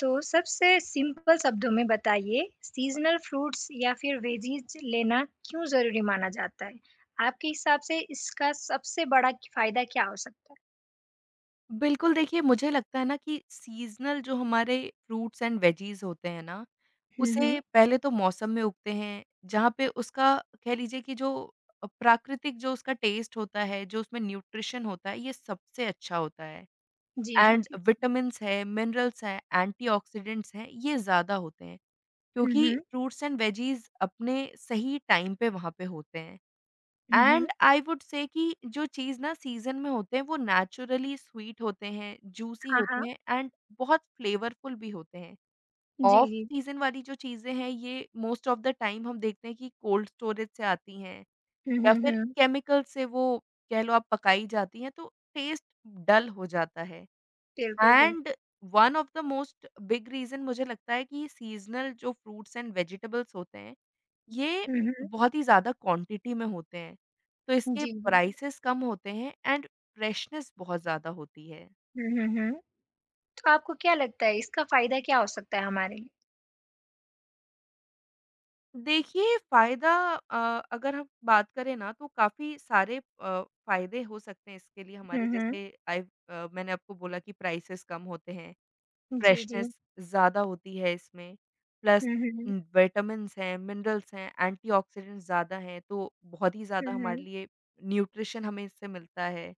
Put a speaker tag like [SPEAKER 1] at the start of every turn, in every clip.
[SPEAKER 1] तो सबसे सिंपल शब्दों में बताइए सीजनल फ्रूट्स या फिर वेजीज लेना क्यों ज़रूरी माना जाता है? आपके हिसाब से इसका सबसे बड़ा फ़ायदा क्या हो सकता है?
[SPEAKER 2] बिल्कुल, देखिए मुझे लगता है ना कि सीज़नल जो हमारे फ्रूट्स एंड वेजीज़ होते हैं ना,
[SPEAKER 1] हुँ, हुँ।
[SPEAKER 2] उसे पहले तो मौसम में उगते हैं, जहाँ पे उसका कह लीजिए कि जो प्राकृतिक जो उसका टेस्ट होता है, जो उसमें न्यूट्रिशन होता है, ये सबसे अच्छा होता है
[SPEAKER 1] जी, जी,
[SPEAKER 2] एंड
[SPEAKER 1] जी।
[SPEAKER 2] विटामिन्स हैं, मिनरल्स हैं, एंटीऑक्सीडेंट्स हैं, ये ज़्यादा होते हैं,
[SPEAKER 1] हुँ,
[SPEAKER 2] क्योंकि
[SPEAKER 1] हुँ।
[SPEAKER 2] फ्रूट्स एंड वेजीज़ अपने सही टाइम पे वहाँ पे होते हैं।
[SPEAKER 1] हुँ,
[SPEAKER 2] and
[SPEAKER 1] hmm.
[SPEAKER 2] I would say कि जो चीज़ ना सीज़न में होते हैं वो नेचुरली स्वीट होते हैं, जूसी
[SPEAKER 1] हाँ,
[SPEAKER 2] होते
[SPEAKER 1] हाँ।
[SPEAKER 2] हैं एंड बहुत फ्लेवरफुल भी होते हैं।
[SPEAKER 1] जी,
[SPEAKER 2] ऑफ
[SPEAKER 1] जी।
[SPEAKER 2] सीज़न वाली जो चीज़ें हैं ये मोस्ट ऑफ द टाइम हम देखते हैं कि कोल्ड स्टोरेज से आती हैं
[SPEAKER 1] हुँ,
[SPEAKER 2] या
[SPEAKER 1] हुँ,
[SPEAKER 2] फिर
[SPEAKER 1] हुँ।
[SPEAKER 2] केमिकल से वो कह लो आप पकाई जाती हैं तो टेस्ट डल हो जाता है।
[SPEAKER 1] बिल्कुल, बिल्कुल।
[SPEAKER 2] And one of the most big reason मुझे लगता है कि सीज़नल जो फ्रूट्स एंड वेजिटेबल्स होते हैं ये
[SPEAKER 1] हुँ, हुँ।
[SPEAKER 2] बहुत ही ज़्यादा क्वांटिटी में होते हैं, तो इसके
[SPEAKER 1] जी, जी।
[SPEAKER 2] प्राइसेस कम होते हैं एंड फ्रेशनेस बहुत ज़्यादा होती है।
[SPEAKER 1] हुँ, हुँ, हुँ। तो आपको क्या लगता है इसका फ़ायदा क्या हो सकता है हमारे लिए?
[SPEAKER 2] देखिए फ़ायदा अगर हम बात करें ना तो काफ़ी सारे फ़ायदे हो सकते हैं इसके लिए हमारे
[SPEAKER 1] हुँ, हुँ।
[SPEAKER 2] जैसे मैंने आपको बोला कि प्राइसेस कम होते हैं,
[SPEAKER 1] जी, जी।
[SPEAKER 2] फ्रेशनेस ज़्यादा होती है इसमें, प्लस
[SPEAKER 1] हुँ, हुँ, हुँ।
[SPEAKER 2] विटामिन्स हैं, मिनरल्स हैं, एंटीऑक्सीडेंट्स ज़्यादा हैं, तो बहुत ही
[SPEAKER 1] हुँ,
[SPEAKER 2] ज़्यादा हमारे
[SPEAKER 1] हुँ।
[SPEAKER 2] लिए न्यूट्रिशन हमें इससे मिलता है।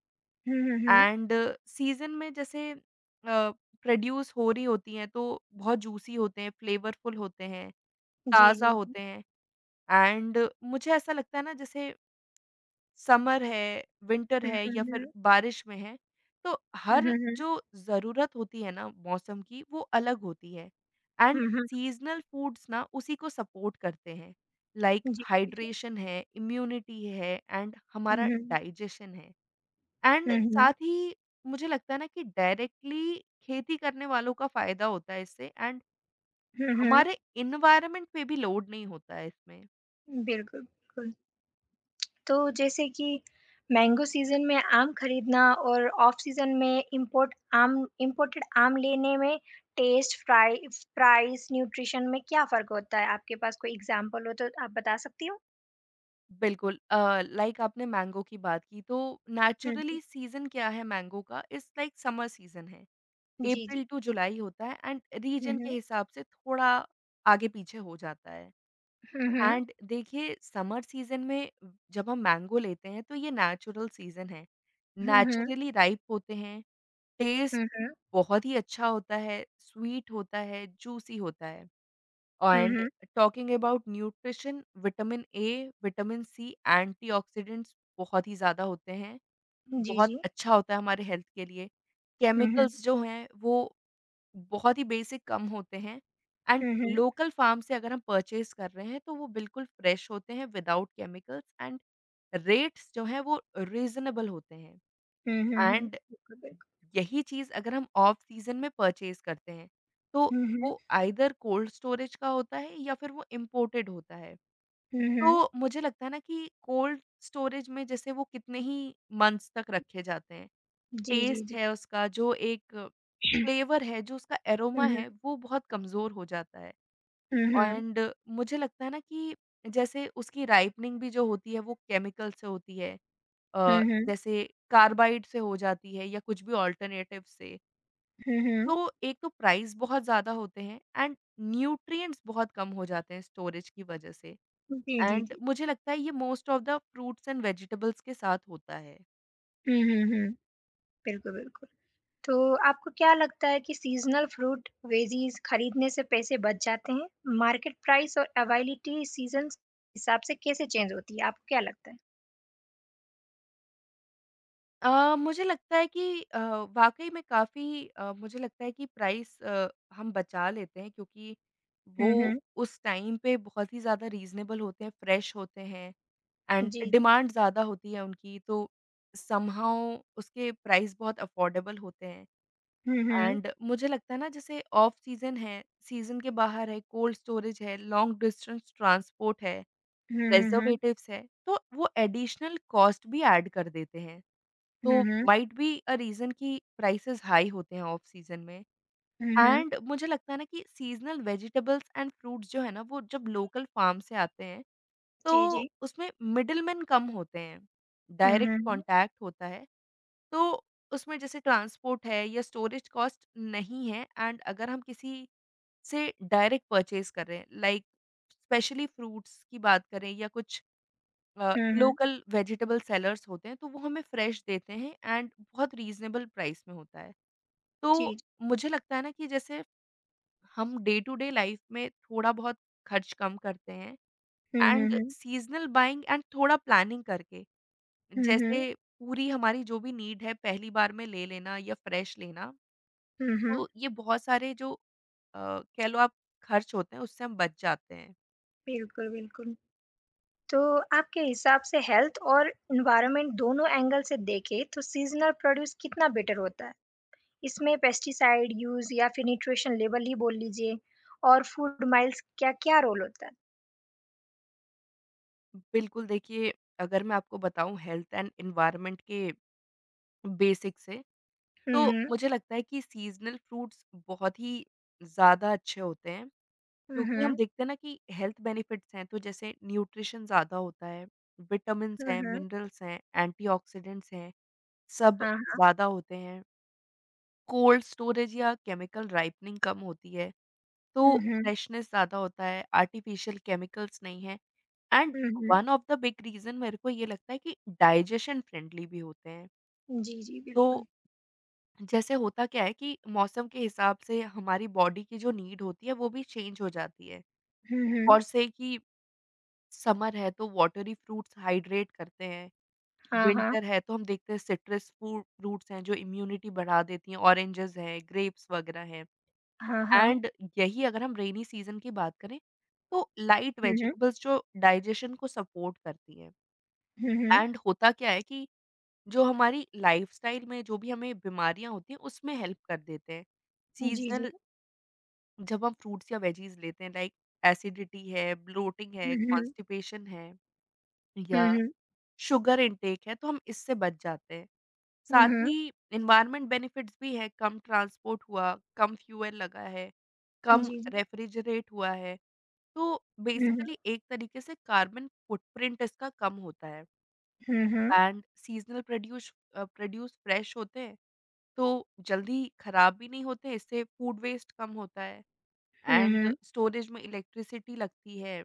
[SPEAKER 1] हुँ, हुँ, हुँ।
[SPEAKER 2] एंड सीज़न में जैसे प्रोड्यूस हो रही होती हैं तो बहुत जूसी होते हैं, फ्लेवरफुल होते हैं,
[SPEAKER 1] जी,
[SPEAKER 2] ताज़ा
[SPEAKER 1] जी, जी।
[SPEAKER 2] होते हैं एंड मुझे ऐसा लगता है ना जैसे समर है, विंटर
[SPEAKER 1] हुँ,
[SPEAKER 2] है
[SPEAKER 1] हुँ,
[SPEAKER 2] या फिर
[SPEAKER 1] हुँ।
[SPEAKER 2] बारिश में है, तो
[SPEAKER 1] हुँ,
[SPEAKER 2] हर
[SPEAKER 1] हुँ, हुँ।
[SPEAKER 2] जो ज़रूरत होती है ना मौसम की वो अलग होती है एंड
[SPEAKER 1] हुँ, हुँ।
[SPEAKER 2] सीज़नल फूड्स ना उसी को सपोर्ट करते हैं। लाइक
[SPEAKER 1] जी, जी, जी।
[SPEAKER 2] हाइड्रेशन है, इम्यूनिटी है एंड
[SPEAKER 1] हुँ,
[SPEAKER 2] हमारा
[SPEAKER 1] हुँ।
[SPEAKER 2] डाइजेशन है। एंड
[SPEAKER 1] हुँ,
[SPEAKER 2] साथ
[SPEAKER 1] हुँ।
[SPEAKER 2] ही मुझे लगता है ना कि डायरेक्टली खेती करने वालों का फायदा होता है इससे एंड
[SPEAKER 1] हुँ, हुँ।
[SPEAKER 2] हमारे इन्वायरमेंट पे भी लोड नहीं होता है इसमें।
[SPEAKER 1] बिल्कुल, बिल्कुल। तो जैसे कि मैंगो सीज़न में आम खरीदना और ऑफ सीज़न में इम्पोर्टेड आम लेने में टेस्ट, फ्राइ प्राइस, न्यूट्रिशन में क्या फ़र्क होता है? आपके पास कोई एग्ज़ाम्पल हो तो आप बता सकती हो?
[SPEAKER 2] बिल्कुल लाइक आपने मैंगो की बात की तो
[SPEAKER 1] हुँ,
[SPEAKER 2] नेचुरली
[SPEAKER 1] हुँ।
[SPEAKER 2] सीज़न क्या है मैंगो का इट्स लाइक समर सीज़न है।
[SPEAKER 1] जी, जी।
[SPEAKER 2] अप्रैल टू जुलाई होता है एंड
[SPEAKER 1] हुँ,
[SPEAKER 2] रीजन के
[SPEAKER 1] हुँ।
[SPEAKER 2] हिसाब से थोड़ा आगे-पीछे हो जाता है।
[SPEAKER 1] हुँ, हुँ।
[SPEAKER 2] एंड देखिए समर सीज़न में जब हम मैंगो लेते हैं तो ये नेचुरल सीज़न है।
[SPEAKER 1] हुँ, हुँ।
[SPEAKER 2] नेचुरली राइप होते हैं। टेस्ट
[SPEAKER 1] हुँ, हुँ।
[SPEAKER 2] बहुत ही अच्छा होता है, स्वीट होता है, जूसी होता है।
[SPEAKER 1] हुँ,
[SPEAKER 2] एंड
[SPEAKER 1] हुँ।
[SPEAKER 2] Talking about nutrition, vitamin A, vitamin C, antioxidants बहुत ही ज़्यादा होते हैं।
[SPEAKER 1] जी,
[SPEAKER 2] बहुत
[SPEAKER 1] जी।
[SPEAKER 2] अच्छा होता है हमारे हेल्थ के लिए।
[SPEAKER 1] हुँ, हुँ।
[SPEAKER 2] केमिकल्स जो हैं, वो बहुत ही बेसिक कम होते हैं एंड
[SPEAKER 1] हुँ, हुँ।
[SPEAKER 2] लोकल फार्म से अगर हम परचेज़ कर रहे हैं, तो वो बिल्कुल फ्रेश होते हैं विदाउट केमिकल्स एंड रेट्स जो हैं, वो रीज़नेबल होते हैं।
[SPEAKER 1] हुँ, हुँ, हुँ।
[SPEAKER 2] एंड
[SPEAKER 1] बिल्कुल, बिल्कुल।
[SPEAKER 2] यही चीज़ अगर हम ऑफ सीज़न में परचेज़ करते हैं, तो
[SPEAKER 1] हुँ, हुँ।
[SPEAKER 2] वो आइदर कोल्ड स्टोरेज का होता है या फिर वो इम्पोर्टेड होता है।
[SPEAKER 1] हुँ, हुँ।
[SPEAKER 2] तो मुझे लगता है ना कि कोल्ड स्टोरेज में जैसे वो कितने ही मंथ्स तक रखे जाते हैं।
[SPEAKER 1] जी, जी,
[SPEAKER 2] टेस्ट
[SPEAKER 1] जी।
[SPEAKER 2] है उसका जो एक फ्लेवर है, जो उसका
[SPEAKER 1] हुँ,
[SPEAKER 2] एरोमा है,
[SPEAKER 1] हुँ।
[SPEAKER 2] वो बहुत कमज़ोर हो जाता है
[SPEAKER 1] हुँ, हुँ।
[SPEAKER 2] एंड मुझे लगता है ना कि जैसे उसकी राइपनिंग भी जो होती है वो केमिकल से होती है। अ,
[SPEAKER 1] हुँ, हुँ।
[SPEAKER 2] जैसे कार्बाइड से हो जाती है या कुछ भी अल्टरनेटिव से।
[SPEAKER 1] हुँ,
[SPEAKER 2] तो
[SPEAKER 1] हुँ।
[SPEAKER 2] एक तो प्राइस बहुत ज़्यादा होते हैं एंड न्यूट्रिएंट्स बहुत कम हो जाते हैं स्टोरेज की वजह से
[SPEAKER 1] जी, जी,
[SPEAKER 2] एंड
[SPEAKER 1] जी।
[SPEAKER 2] मुझे लगता है ये most of the fruits and vegetables के साथ होता है।
[SPEAKER 1] हुँ, हुँ, हुँ। बिल्कुल, बिल्कुल। तो आपको क्या लगता है कि सीज़नल फ्रूट वेजीज़ खरीदने से पैसे बच जाते हैं? मार्केट प्राइस और अवेलेबिलिटी सीज़न्स हिसाब से कैसे चेंज होती है? आपको क्या लगता है?
[SPEAKER 2] मुझे लगता है कि वाक़ई में काफ़ी मुझे लगता है कि प्राइस हम बचा लेते हैं क्योंकि वो
[SPEAKER 1] हुँ, हुँ।
[SPEAKER 2] उस टाइम पे बहुत ही ज़्यादा रीज़नेबल होते हैं, फ्रेश होते हैं एंड
[SPEAKER 1] जी।
[SPEAKER 2] डिमांड ज़्यादा होती है उनकी तो समहाउ उसके प्राइस बहुत अफ़ोर्डेबल होते हैं।
[SPEAKER 1] हुँ, हुँ।
[SPEAKER 2] एंड मुझे लगता है ना जैसे ऑफ सीजन है, सीजन के बाहर है, कोल्ड स्टोरेज है, लॉन्ग डिस्टेंस ट्रांसपोर्ट है,
[SPEAKER 1] हुँ, हुँ, हुँ।
[SPEAKER 2] प्रिजर्वेटिव्स है, तो वो एडिशनल कॉस्ट भी ऐड कर देते हैं। तो
[SPEAKER 1] हुँ, हुँ।
[SPEAKER 2] माइट बी अ रीज़न कि प्राइसेज़ हाई होते हैं ऑफ सीजन में
[SPEAKER 1] हुँ, हुँ।
[SPEAKER 2] एंड मुझे लगता है ना कि सीज़नल वेजिटेबल्स एंड फ्रूट्स जो है ना वो जब लोकल फार्म से आते हैं,
[SPEAKER 1] जी,
[SPEAKER 2] तो
[SPEAKER 1] जी।
[SPEAKER 2] उसमें मिडलमैन कम होते हैं।
[SPEAKER 1] हुँ, हुँ,
[SPEAKER 2] डायरेक्ट
[SPEAKER 1] हुँ।
[SPEAKER 2] कॉन्टैक्ट होता है तो उसमें जैसे ट्रांसपोर्ट है या स्टोरेज कॉस्ट नहीं है एंड अगर हम किसी से डायरेक्ट परचेज़ कर रहे हैं लाइक स्पेशली फ्रूट्स की बात करें या कुछ
[SPEAKER 1] हुँ, हुँ।
[SPEAKER 2] लोकल वेजिटेबल सेलर्स होते हैं तो वो हमें फ्रेश देते हैं एंड बहुत रीज़नेबल प्राइस में होता है। तो
[SPEAKER 1] जी, जी।
[SPEAKER 2] मुझे लगता है ना कि जैसे हम डे टू डे लाइफ़ में थोड़ा बहुत खर्च कम करते हैं
[SPEAKER 1] हुँ, हुँ,
[SPEAKER 2] एंड
[SPEAKER 1] हुँ।
[SPEAKER 2] सीज़नल बाइंग एंड थोड़ा प्लानिंग करके
[SPEAKER 1] हुँ,
[SPEAKER 2] जैसे
[SPEAKER 1] हुँ।
[SPEAKER 2] पूरी हमारी जो भी नीड है पहली बार में ले लेना या फ्रेश लेना
[SPEAKER 1] हुँ, हुँ।
[SPEAKER 2] तो ये बहुत सारे जो अ, कह लो आप खर्च होते हैं उससे हम बच जाते हैं।
[SPEAKER 1] बिल्कुल, बिल्कुल। तो आपके हिसाब से हेल्थ और एनवायरनमेंट दोनों एंगल से देखें तो सीज़नल प्रोड्यूस कितना बेटर होता है? इसमें पेस्टिसाइड यूज़ या फिर न्यूट्रिशन लेवल ही बोल लीजिए और फूड माइल्स क्या क्या रोल होता है?
[SPEAKER 2] बिल्कुल देखिए अगर मैं आपको बताऊँ हेल्थ एंड एनवायरनमेंट के बेसिक से,
[SPEAKER 1] हुँ,
[SPEAKER 2] तो
[SPEAKER 1] हुँ।
[SPEAKER 2] मुझे लगता है कि सीज़नल फ्रूट्स बहुत ही ज़्यादा अच्छे होते हैं
[SPEAKER 1] हुँ,
[SPEAKER 2] क्योंकि हम
[SPEAKER 1] हुँ।
[SPEAKER 2] देखते हैं ना कि हेल्थ बेनिफिट्स हैं तो जैसे न्यूट्रिशन ज़्यादा होता है, विटामिन्स
[SPEAKER 1] हुँ,
[SPEAKER 2] हैं,
[SPEAKER 1] हुँ।
[SPEAKER 2] मिनरल्स हैं, एंटीऑक्सीडेंट्स हैं, सब
[SPEAKER 1] हाँ, हाँ।
[SPEAKER 2] ज़्यादा होते हैं। कोल्ड स्टोरेज या केमिकल राइपनिंग कम होती है। तो
[SPEAKER 1] हुँ, हुँ।
[SPEAKER 2] फ्रेशनेस ज़्यादा होता है, आर्टिफ़िशियल केमिकल्स नहीं है एंड
[SPEAKER 1] हुँ, हुँ।
[SPEAKER 2] One of the big reason मेरे को ये लगता है कि डाइजेशन फ्रेंडली भी होते हैं।
[SPEAKER 1] जी, जी, बिल्कुल।
[SPEAKER 2] तो जैसे होता क्या है कि मौसम के हिसाब से हमारी बॉडी की जो नीड होती है वो भी चेंज हो जाती है।
[SPEAKER 1] हुँ, हुँ।
[SPEAKER 2] और से कि समर है तो वॉटरी फ्रूट्स हाइड्रेट करते हैं,
[SPEAKER 1] हाँ, हाँ।
[SPEAKER 2] विंटर है तो हम देखते हैं सिट्रस फ्रूट्स हैं जो इम्यूनिटी बढ़ा देती हैं, ऑरेंजेस हैं, ग्रेप्स वगैरह हैं।
[SPEAKER 1] हाँ, हाँ।
[SPEAKER 2] एंड यही अगर हम रेनी सीज़न की बात करें, तो लाइट
[SPEAKER 1] हुँ, हुँ।
[SPEAKER 2] वेजिटेबल्स जो डाइजेशन को सपोर्ट करती हैं।
[SPEAKER 1] हुँ, हुँ।
[SPEAKER 2] एंड होता क्या है कि जो हमारी लाइफ़स्टाइल में जो भी हमें बीमारियाँ होती हैं, उसमें हेल्प कर देते हैं।
[SPEAKER 1] जी, जी।
[SPEAKER 2] सीज़नल जब हम फ्रूट्स या वेजीज़ लेते हैं लाइक एसिडिटी है, ब्लोटिंग है,
[SPEAKER 1] हुँ, हुँ।
[SPEAKER 2] कॉन्स्टिपेशन है
[SPEAKER 1] हुँ,
[SPEAKER 2] या
[SPEAKER 1] हुँ।
[SPEAKER 2] शुगर इनटेक है, तो हम इससे बच जाते हैं।
[SPEAKER 1] हुँ,
[SPEAKER 2] साथ
[SPEAKER 1] हुँ।
[SPEAKER 2] ही एनवायरनमेंट बेनिफिट्स भी हैं, कम ट्रांसपोर्ट हुआ, कम फ्यूल लगा है, कम
[SPEAKER 1] जी, जी।
[SPEAKER 2] रेफ्रिजरेट हुआ है। तो
[SPEAKER 1] हुँ, हुँ।
[SPEAKER 2] बेसिकली एक तरीके से कार्बन फुटप्रिंट इसका कम होता है
[SPEAKER 1] हुँ, हुँ।
[SPEAKER 2] And seasonal produce produce fresh होते हैं तो जल्दी खराब भी नहीं होते इससे फूड वेस्ट कम होता है
[SPEAKER 1] हुँ,
[SPEAKER 2] एंड
[SPEAKER 1] हुँ।
[SPEAKER 2] स्टोरेज में इलेक्ट्रिसिटी लगती है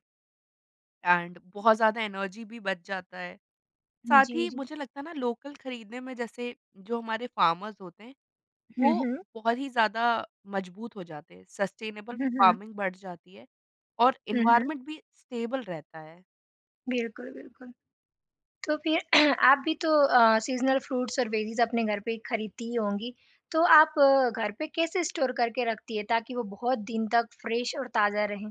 [SPEAKER 2] एंड बहुत ज़्यादा एनर्जी भी बच जाता है साथ
[SPEAKER 1] जी,
[SPEAKER 2] ही
[SPEAKER 1] जी।
[SPEAKER 2] मुझे लगता है ना लोकल खरीदने में जैसे जो हमारे फार्मर्स होते हैं वो
[SPEAKER 1] हुँ, हुँ।
[SPEAKER 2] बहुत ही ज़्यादा मजबूत हो जाते हैं सस्टेनेबल
[SPEAKER 1] हुँ, हुँ।
[SPEAKER 2] फार्मिंग बढ़ जाती है और
[SPEAKER 1] हुँ, हुँ।
[SPEAKER 2] इन्वायरमेंट भी स्टेबल रहता है।
[SPEAKER 1] बिल्कुल, बिल्कुल। तो फिर आप भी तो सीज़नल फ्रूट्स और वेजीज़ अपने घर पे ही खरीदती ही होंगी। तो आप घर पे कैसे स्टोर करके रखती है ताकि वो बहुत दिन तक फ्रेश और ताज़ा रहें?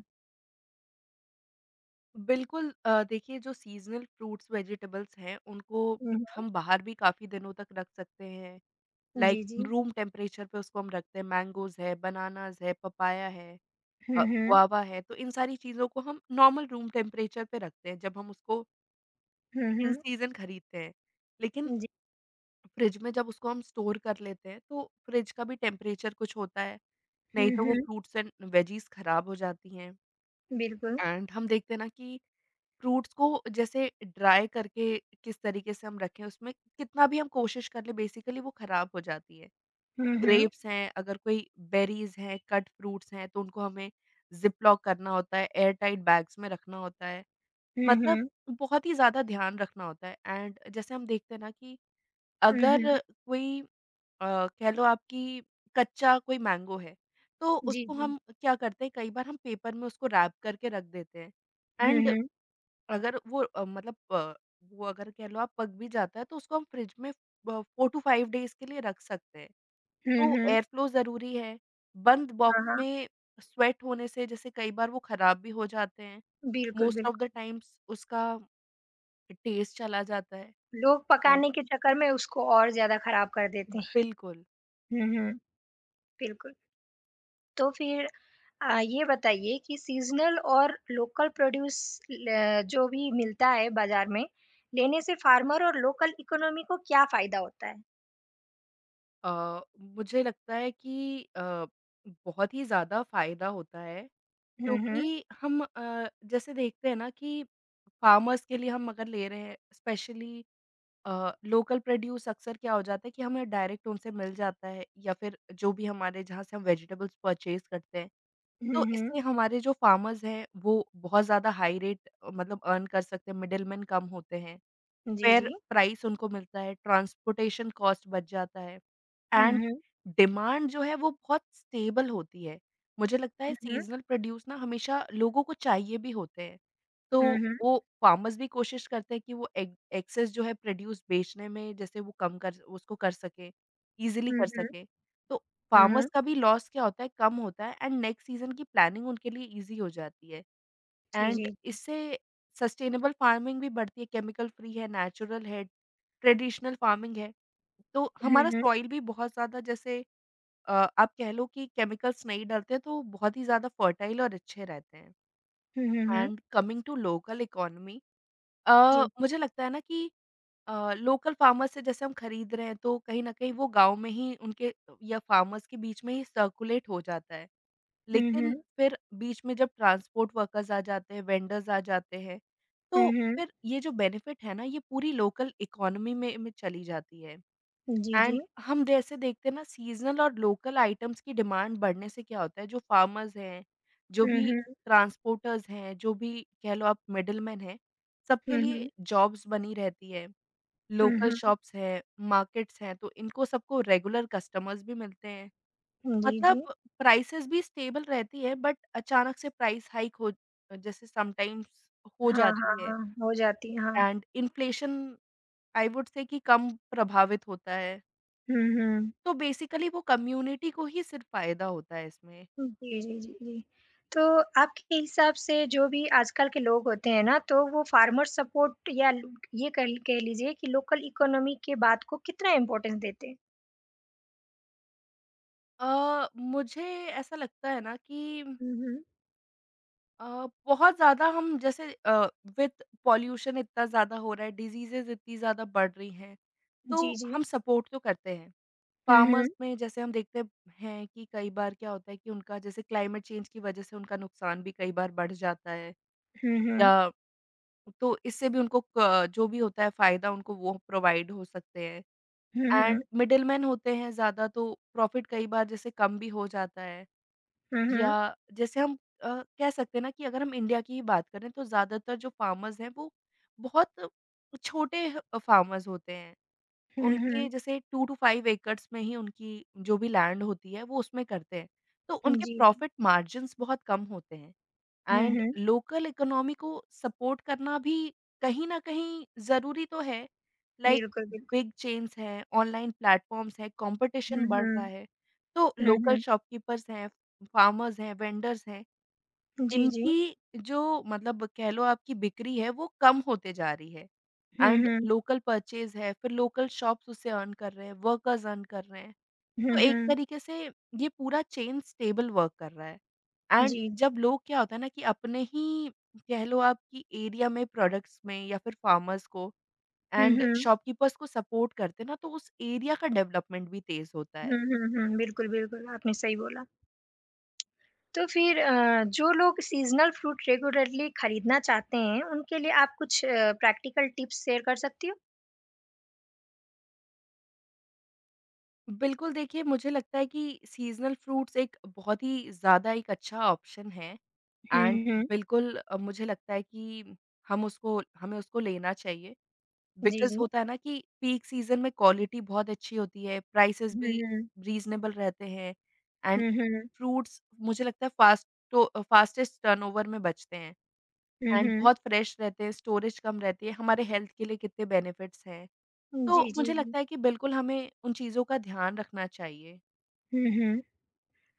[SPEAKER 2] बिल्कुल देखिए जो सीज़नल फ्रूट्स वेजिटेबल्स हैं, उनको
[SPEAKER 1] हुँ, हुँ।
[SPEAKER 2] हम बाहर भी काफ़ी दिनों तक रख सकते हैं। लाइक
[SPEAKER 1] जी, जी।
[SPEAKER 2] रूम टेम्परेचर पे उसको हम रखते हैं। मैंगोज़ है, बनानाज़ है, पपाया है अ,
[SPEAKER 1] हुँ, हुँ।
[SPEAKER 2] गुआवा है, तो इन सारी चीज़ों को हम नॉर्मल रूम टेम्परेचर पे रखते हैं जब हम उसको
[SPEAKER 1] हुँ,
[SPEAKER 2] इन
[SPEAKER 1] हुँ।
[SPEAKER 2] सीज़न खरीदते हैं। लेकिन
[SPEAKER 1] जी।
[SPEAKER 2] फ्रिज में जब उसको हम स्टोर कर लेते हैं, तो फ्रिज का भी टेम्परेचर कुछ होता है, नहीं
[SPEAKER 1] हुँ,
[SPEAKER 2] तो वो
[SPEAKER 1] हुँ।
[SPEAKER 2] फ्रूट्स एंड वेजीज़ खराब हो जाती हैं।
[SPEAKER 1] बिल्कुल।
[SPEAKER 2] एंड हम देखते हैं ना कि फ्रूट्स को जैसे ड्राई करके किस तरीके से हम रखें, उसमें कितना भी हम कोशिश कर लें बेसिकली वो खराब हो जाती है।
[SPEAKER 1] हुँ, हुँ।
[SPEAKER 2] ग्रेप्स हैं, अगर कोई बेरीज़ हैं, कट फ्रूट्स हैं, तो उनको हमें ज़िप-लॉक करना होता है, एयर टाइट बैग्स में रखना होता है।
[SPEAKER 1] हुँ,
[SPEAKER 2] मतलब
[SPEAKER 1] हुँ।
[SPEAKER 2] बहुत ही ज़्यादा ध्यान रखना होता है एंड जैसे हम देखते हैं ना कि
[SPEAKER 1] हुँ,
[SPEAKER 2] अगर
[SPEAKER 1] हुँ।
[SPEAKER 2] कोई कह लो आपकी कच्चा कोई मैंगो है, तो
[SPEAKER 1] जी,
[SPEAKER 2] उसको
[SPEAKER 1] जी।
[SPEAKER 2] हम क्या करते हैं, कई बार हम पेपर में उसको रैप करके रख देते हैं
[SPEAKER 1] हुँ,
[SPEAKER 2] एंड
[SPEAKER 1] हुँ।
[SPEAKER 2] अगर वो वो अगर कह लो आप पक भी जाता है तो उसको हम फ्रिज में ब 4 टू 5 डेज़ के लिए रख सकते हैं।
[SPEAKER 1] हुँ,
[SPEAKER 2] तो
[SPEAKER 1] हुँ।
[SPEAKER 2] एयर फ्लो ज़रूरी है। बंद बॉक्स
[SPEAKER 1] हाँ, हाँ।
[SPEAKER 2] में स्वेट होने से जैसे कई बार वो खराब भी हो जाते हैं।
[SPEAKER 1] बिल्कुल,
[SPEAKER 2] मोस्ट ऑफ
[SPEAKER 1] बिल्कुल।
[SPEAKER 2] द टाइम्स उसका टेस्ट चला जाता है
[SPEAKER 1] लोग
[SPEAKER 2] एंड
[SPEAKER 1] पकाने के चक्कर में उसको और ज़्यादा खराब कर देते हैं।
[SPEAKER 2] बिल्कुल।
[SPEAKER 1] हुँ, हुँ। बिल्कुल। तो फिर ये बताइए कि सीज़नल और लोकल प्रोड्यूस ल जो भी मिलता है बाज़ार में, लेने से फार्मर और लोकल इकोनॉमी को क्या फ़ायदा होता है?
[SPEAKER 2] मुझे लगता है कि बहुत ही ज़्यादा फ़ायदा होता है
[SPEAKER 1] हुँ, हुँ।
[SPEAKER 2] क्योंकि हम जैसे देखते हैं ना कि फार्मर्स के लिए हम अगर ले रहे हैं स्पेशली लोकल प्रोड्यूस अक्सर क्या हो जाता है कि हमें डायरेक्ट उनसे मिल जाता है या फिर जो भी हमारे जहाँ से हम वेजिटेबल्स परचेज़ करते हैं,
[SPEAKER 1] हुँ,
[SPEAKER 2] तो
[SPEAKER 1] हुँ।
[SPEAKER 2] इससे हमारे जो फार्मर्स हैं, वो बहुत ज़्यादा हाई रेट मतलब अर्न कर सकते हैं, मिडलमैन कम होते हैं।
[SPEAKER 1] जी,
[SPEAKER 2] फ़ेयर
[SPEAKER 1] जी।
[SPEAKER 2] प्राइस उनको मिलता है, ट्रांसपोर्टेशन कॉस्ट बच जाता है
[SPEAKER 1] हुँ,
[SPEAKER 2] एंड
[SPEAKER 1] हुँ।
[SPEAKER 2] डिमांड जो है वो बहुत स्टेबल होती है। मुझे लगता है
[SPEAKER 1] हुँ, हुँ।
[SPEAKER 2] सीज़नल प्रोड्यूस ना हमेशा लोगों को चाहिए भी होते हैं। तो
[SPEAKER 1] हुँ, हुँ।
[SPEAKER 2] वो फ़ार्मर्स भी कोशिश करते हैं कि वो एक एक्सेस जो है प्रोड्यूस बेचने में जैसे वो कम कर उसको कर सकें, ईज़िली
[SPEAKER 1] हुँ,
[SPEAKER 2] कर
[SPEAKER 1] हुँ।
[SPEAKER 2] सकें। तो
[SPEAKER 1] हुँ,
[SPEAKER 2] फ़ार्मर्स
[SPEAKER 1] हुँ।
[SPEAKER 2] का भी लॉस क्या होता है, कम होता है एंड नेक्स्ट सीज़न की प्लानिंग उनके लिए ईज़ी हो जाती है।
[SPEAKER 1] जी,
[SPEAKER 2] एंड
[SPEAKER 1] जी।
[SPEAKER 2] इससे सस्टेनेबल फार्मिंग भी बढ़ती है, केमिकल फ्री है, नेचुरल है, ट्रेडिशनल फार्मिंग है। तो
[SPEAKER 1] हुँ,
[SPEAKER 2] हमारा
[SPEAKER 1] हुँ।
[SPEAKER 2] सॉइल भी बहुत ज़्यादा जैसे अ, आप कह लो कि केमिकल्स नहीं डलते हैं, तो बहुत ही ज़्यादा फर्टाइल और अच्छे रहते हैं।
[SPEAKER 1] हुँ, हुँ, हुँ।
[SPEAKER 2] And coming to local economy
[SPEAKER 1] जी।
[SPEAKER 2] मुझे लगता है ना कि लोकल फार्मर्स से जैसे हम खरीद रहे हैं, तो कहीं न कहीं वो गाँव में ही उनके या फार्मर्स के बीच में ही सर्कुलेट हो जाता है।
[SPEAKER 1] हुँ,
[SPEAKER 2] लेकिन
[SPEAKER 1] हुँ।
[SPEAKER 2] फिर बीच में जब ट्रांसपोर्ट वर्कर्स आ जाते हैं, वेंडर्स आ जाते हैं, तो
[SPEAKER 1] हुँ, हुँ।
[SPEAKER 2] फिर ये जो बेनिफिट है ना, ये पूरी लोकल इकोनॉमी में चली जाती है।
[SPEAKER 1] जी, जी।
[SPEAKER 2] एंड हम जैसे देखते हैं ना सीज़नल और लोकल आइटम्स की डिमांड बढ़ने से क्या होता है, जो फार्मर्स हैं, जो
[SPEAKER 1] हुँ,
[SPEAKER 2] भी
[SPEAKER 1] हुँ।
[SPEAKER 2] ट्रांसपोर्टर्स हैं, जो भी कह लो आप मिडलमैन हैं, सबके
[SPEAKER 1] हुँ,
[SPEAKER 2] लिए
[SPEAKER 1] हुँ।
[SPEAKER 2] जॉब्स बनी रहती है।
[SPEAKER 1] हुँ,
[SPEAKER 2] लोकल
[SPEAKER 1] हुँ।
[SPEAKER 2] शॉप्स हैं, मार्केट्स हैं, तो इनको सबको रेगुलर कस्टमर्स भी मिलते हैं।
[SPEAKER 1] जी, जी।
[SPEAKER 2] मतलब प्राइसेज़ भी स्टेबल रहती है, बट अचानक से प्राइस हाइक हो, जैसे समटाइम्स हो
[SPEAKER 1] हाँ, हाँ,
[SPEAKER 2] जाती है,
[SPEAKER 1] हाँ। हो जाती है, हाँ।
[SPEAKER 2] And inflation I would say कि कम प्रभावित होता है।
[SPEAKER 1] हुँ, हुँ।
[SPEAKER 2] तो बेसिकली वो कम्युनिटी को ही सिर्फ़ फ़ायदा होता है इसमें।
[SPEAKER 1] जी, जी, जी, जी। तो आपके हिसाब से जो भी आजकल के लोग होते हैं ना, तो वो फार्मर सपोर्ट या ल ये कह लीजिए कि लोकल इकोनॉमी के बात को कितना इम्पोर्टेंस देते हैं?
[SPEAKER 2] मुझे ऐसा लगता है ना कि
[SPEAKER 1] हुँ, हुँ।
[SPEAKER 2] बहुत ज़्यादा हम जैसे विथ पॉल्यूशन इतना ज़्यादा हो रहा है, डिसीज़ेज़ इतनी ज़्यादा बढ़ रही हैं।
[SPEAKER 1] जी,
[SPEAKER 2] तो
[SPEAKER 1] जी।
[SPEAKER 2] हम सपोर्ट तो करते हैं।
[SPEAKER 1] हुँ, हुँ।
[SPEAKER 2] फार्मर्स में जैसे हम देखते हैं कि कई बार क्या होता है कि उनका जैसे क्लाइमेट चेंज की वजह से उनका नुकसान भी कई बार बढ़ जाता है
[SPEAKER 1] हुँ,
[SPEAKER 2] या,
[SPEAKER 1] हुँ।
[SPEAKER 2] तो इससे भी उनको क जो भी होता है फ़ायदा, उनको वो प्रोवाइड हो सकते हैं।
[SPEAKER 1] हुँ,
[SPEAKER 2] एंड
[SPEAKER 1] हुँ।
[SPEAKER 2] मिडलमैन होते हैं ज़्यादा, तो प्रॉफ़िट कई बार जैसे कम भी हो जाता है,
[SPEAKER 1] हुँ, हुँ।
[SPEAKER 2] या जैसे हम कह सकते हैं ना कि अगर हम इंडिया की ही बात करें, तो ज़्यादातर जो फार्मर्स हैं, वो बहुत छोटे ह फार्मर्स होते हैं।
[SPEAKER 1] हुँ,
[SPEAKER 2] उनके
[SPEAKER 1] हुँ।
[SPEAKER 2] जैसे 2 टू 5 एकड़्स में ही उनकी जो भी लैंड होती है, वो उसमें करते हैं। तो
[SPEAKER 1] हुँ,
[SPEAKER 2] उनके
[SPEAKER 1] जी।
[SPEAKER 2] प्रॉफ़िट मार्जिन्स बहुत कम होते हैं,
[SPEAKER 1] हुँ,
[SPEAKER 2] एंड
[SPEAKER 1] हुँ।
[SPEAKER 2] लोकल इकोनॉमी को सपोर्ट करना भी कहीं न कहीं ज़रूरी तो है। लाइक
[SPEAKER 1] बिल्कुल, बिल्कुल।
[SPEAKER 2] बिग चेन्स हैं, ऑनलाइन प्लेटफ़ॉर्म्स हैं,
[SPEAKER 1] हुँ,
[SPEAKER 2] कॉम्पिटिशन बढ़
[SPEAKER 1] हुँ।
[SPEAKER 2] रहा है। तो
[SPEAKER 1] हुँ,
[SPEAKER 2] लोकल
[SPEAKER 1] हुँ।
[SPEAKER 2] शॉपकीपर्स हैं, फार्मर्स हैं, वेंडर्स हैं,
[SPEAKER 1] जी, जी।
[SPEAKER 2] इनकी जो मतलब कह लो आपकी बिक्री है वो कम होते जा रही है,
[SPEAKER 1] हुँ,
[SPEAKER 2] एंड
[SPEAKER 1] हुँ।
[SPEAKER 2] लोकल परचेज है, फिर लोकल शॉप्स उससे अर्न कर रहे हैं, वर्कर्स अर्न कर रहे हैं।
[SPEAKER 1] हुँ,
[SPEAKER 2] तो एक
[SPEAKER 1] हुँ।
[SPEAKER 2] तरीके से ये पूरा चेन स्टेबल वर्क कर रहा है, एंड
[SPEAKER 1] जी।
[SPEAKER 2] जब लोग क्या होता है ना कि अपने ही कह लो आप कि एरिया में प्रोडक्ट्स में, या फिर फार्मर्स को
[SPEAKER 1] हुँ,
[SPEAKER 2] एंड
[SPEAKER 1] हुँ।
[SPEAKER 2] शॉपकीपर्स को सपोर्ट करते हैं ना, तो उस एरिया का डेवलपमेंट भी तेज होता है।
[SPEAKER 1] हुँ, हुँ, हुँ। बिल्कुल, बिल्कुल, आपने सही बोला। तो फिर जो लोग सीज़नल फ्रूट रेगुलरली खरीदना चाहते हैं, उनके लिए आप कुछ प्रैक्टिकल टिप्स शेयर कर सकती हो?
[SPEAKER 2] बिल्कुल, देखिए, मुझे लगता है कि सीज़नल फ्रूट्स एक बहुत ही ज़्यादा एक अच्छा ऑप्शन है,
[SPEAKER 1] हुँ,
[SPEAKER 2] एंड
[SPEAKER 1] हुँ।
[SPEAKER 2] बिल्कुल मुझे लगता है कि हम उसको हमें उसको लेना चाहिए।
[SPEAKER 1] जी,
[SPEAKER 2] बिकॉज़
[SPEAKER 1] जी।
[SPEAKER 2] होता है ना कि पीक सीज़न में क्वालिटी बहुत अच्छी होती है, प्राइसेज़
[SPEAKER 1] हुँ,
[SPEAKER 2] भी
[SPEAKER 1] हुँ।
[SPEAKER 2] रीज़नेबल रहते हैं, एंड
[SPEAKER 1] हुँ, हुँ।
[SPEAKER 2] फ्रूट्स मुझे लगता है फ़ास्टेस्ट टर्नओवर में बचते हैं,
[SPEAKER 1] हुँ,
[SPEAKER 2] एंड
[SPEAKER 1] हुँ।
[SPEAKER 2] बहुत फ्रेश रहते हैं, स्टोरेज कम रहती है, हमारे हेल्थ के लिए कितने बेनिफिट्स हैं। तो
[SPEAKER 1] जी, जी,
[SPEAKER 2] मुझे
[SPEAKER 1] जी।
[SPEAKER 2] लगता है कि बिल्कुल हमें उन चीज़ों का ध्यान रखना चाहिए।
[SPEAKER 1] हुँ, हुँ।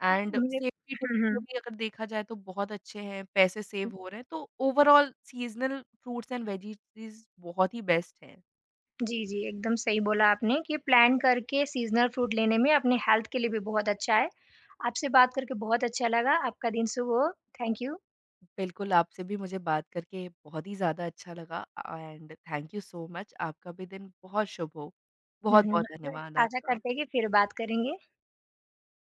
[SPEAKER 2] एंड
[SPEAKER 1] मुझे
[SPEAKER 2] सेफ्टी टिप्स
[SPEAKER 1] हुँ,
[SPEAKER 2] को
[SPEAKER 1] हुँ।
[SPEAKER 2] भी अगर देखा जाए तो बहुत अच्छे हैं, पैसे सेव हो रहे हैं, तो overall seasonal fruits and veggies बहुत ही बेस्ट हैं।
[SPEAKER 1] जी, जी, एकदम सही बोला आपने कि प्लान करके सीज़नल फ्रूट लेने में अपने हेल्थ के लिए भी बहुत अच्छा है। आपसे बात करके बहुत अच्छा लगा, आपका दिन शुभ हो। Thank you.
[SPEAKER 2] बिल्कुल, आपसे भी मुझे बात करके बहुत ही ज़्यादा अच्छा लगा, and thank you so much. आपका भी दिन बहुत शुभ हो।
[SPEAKER 1] हुँ, हुँ।
[SPEAKER 2] बहुत-बहुत धन्यवाद
[SPEAKER 1] आशा आशा
[SPEAKER 2] आपका।
[SPEAKER 1] करते हैं कि फिर बात करेंगे।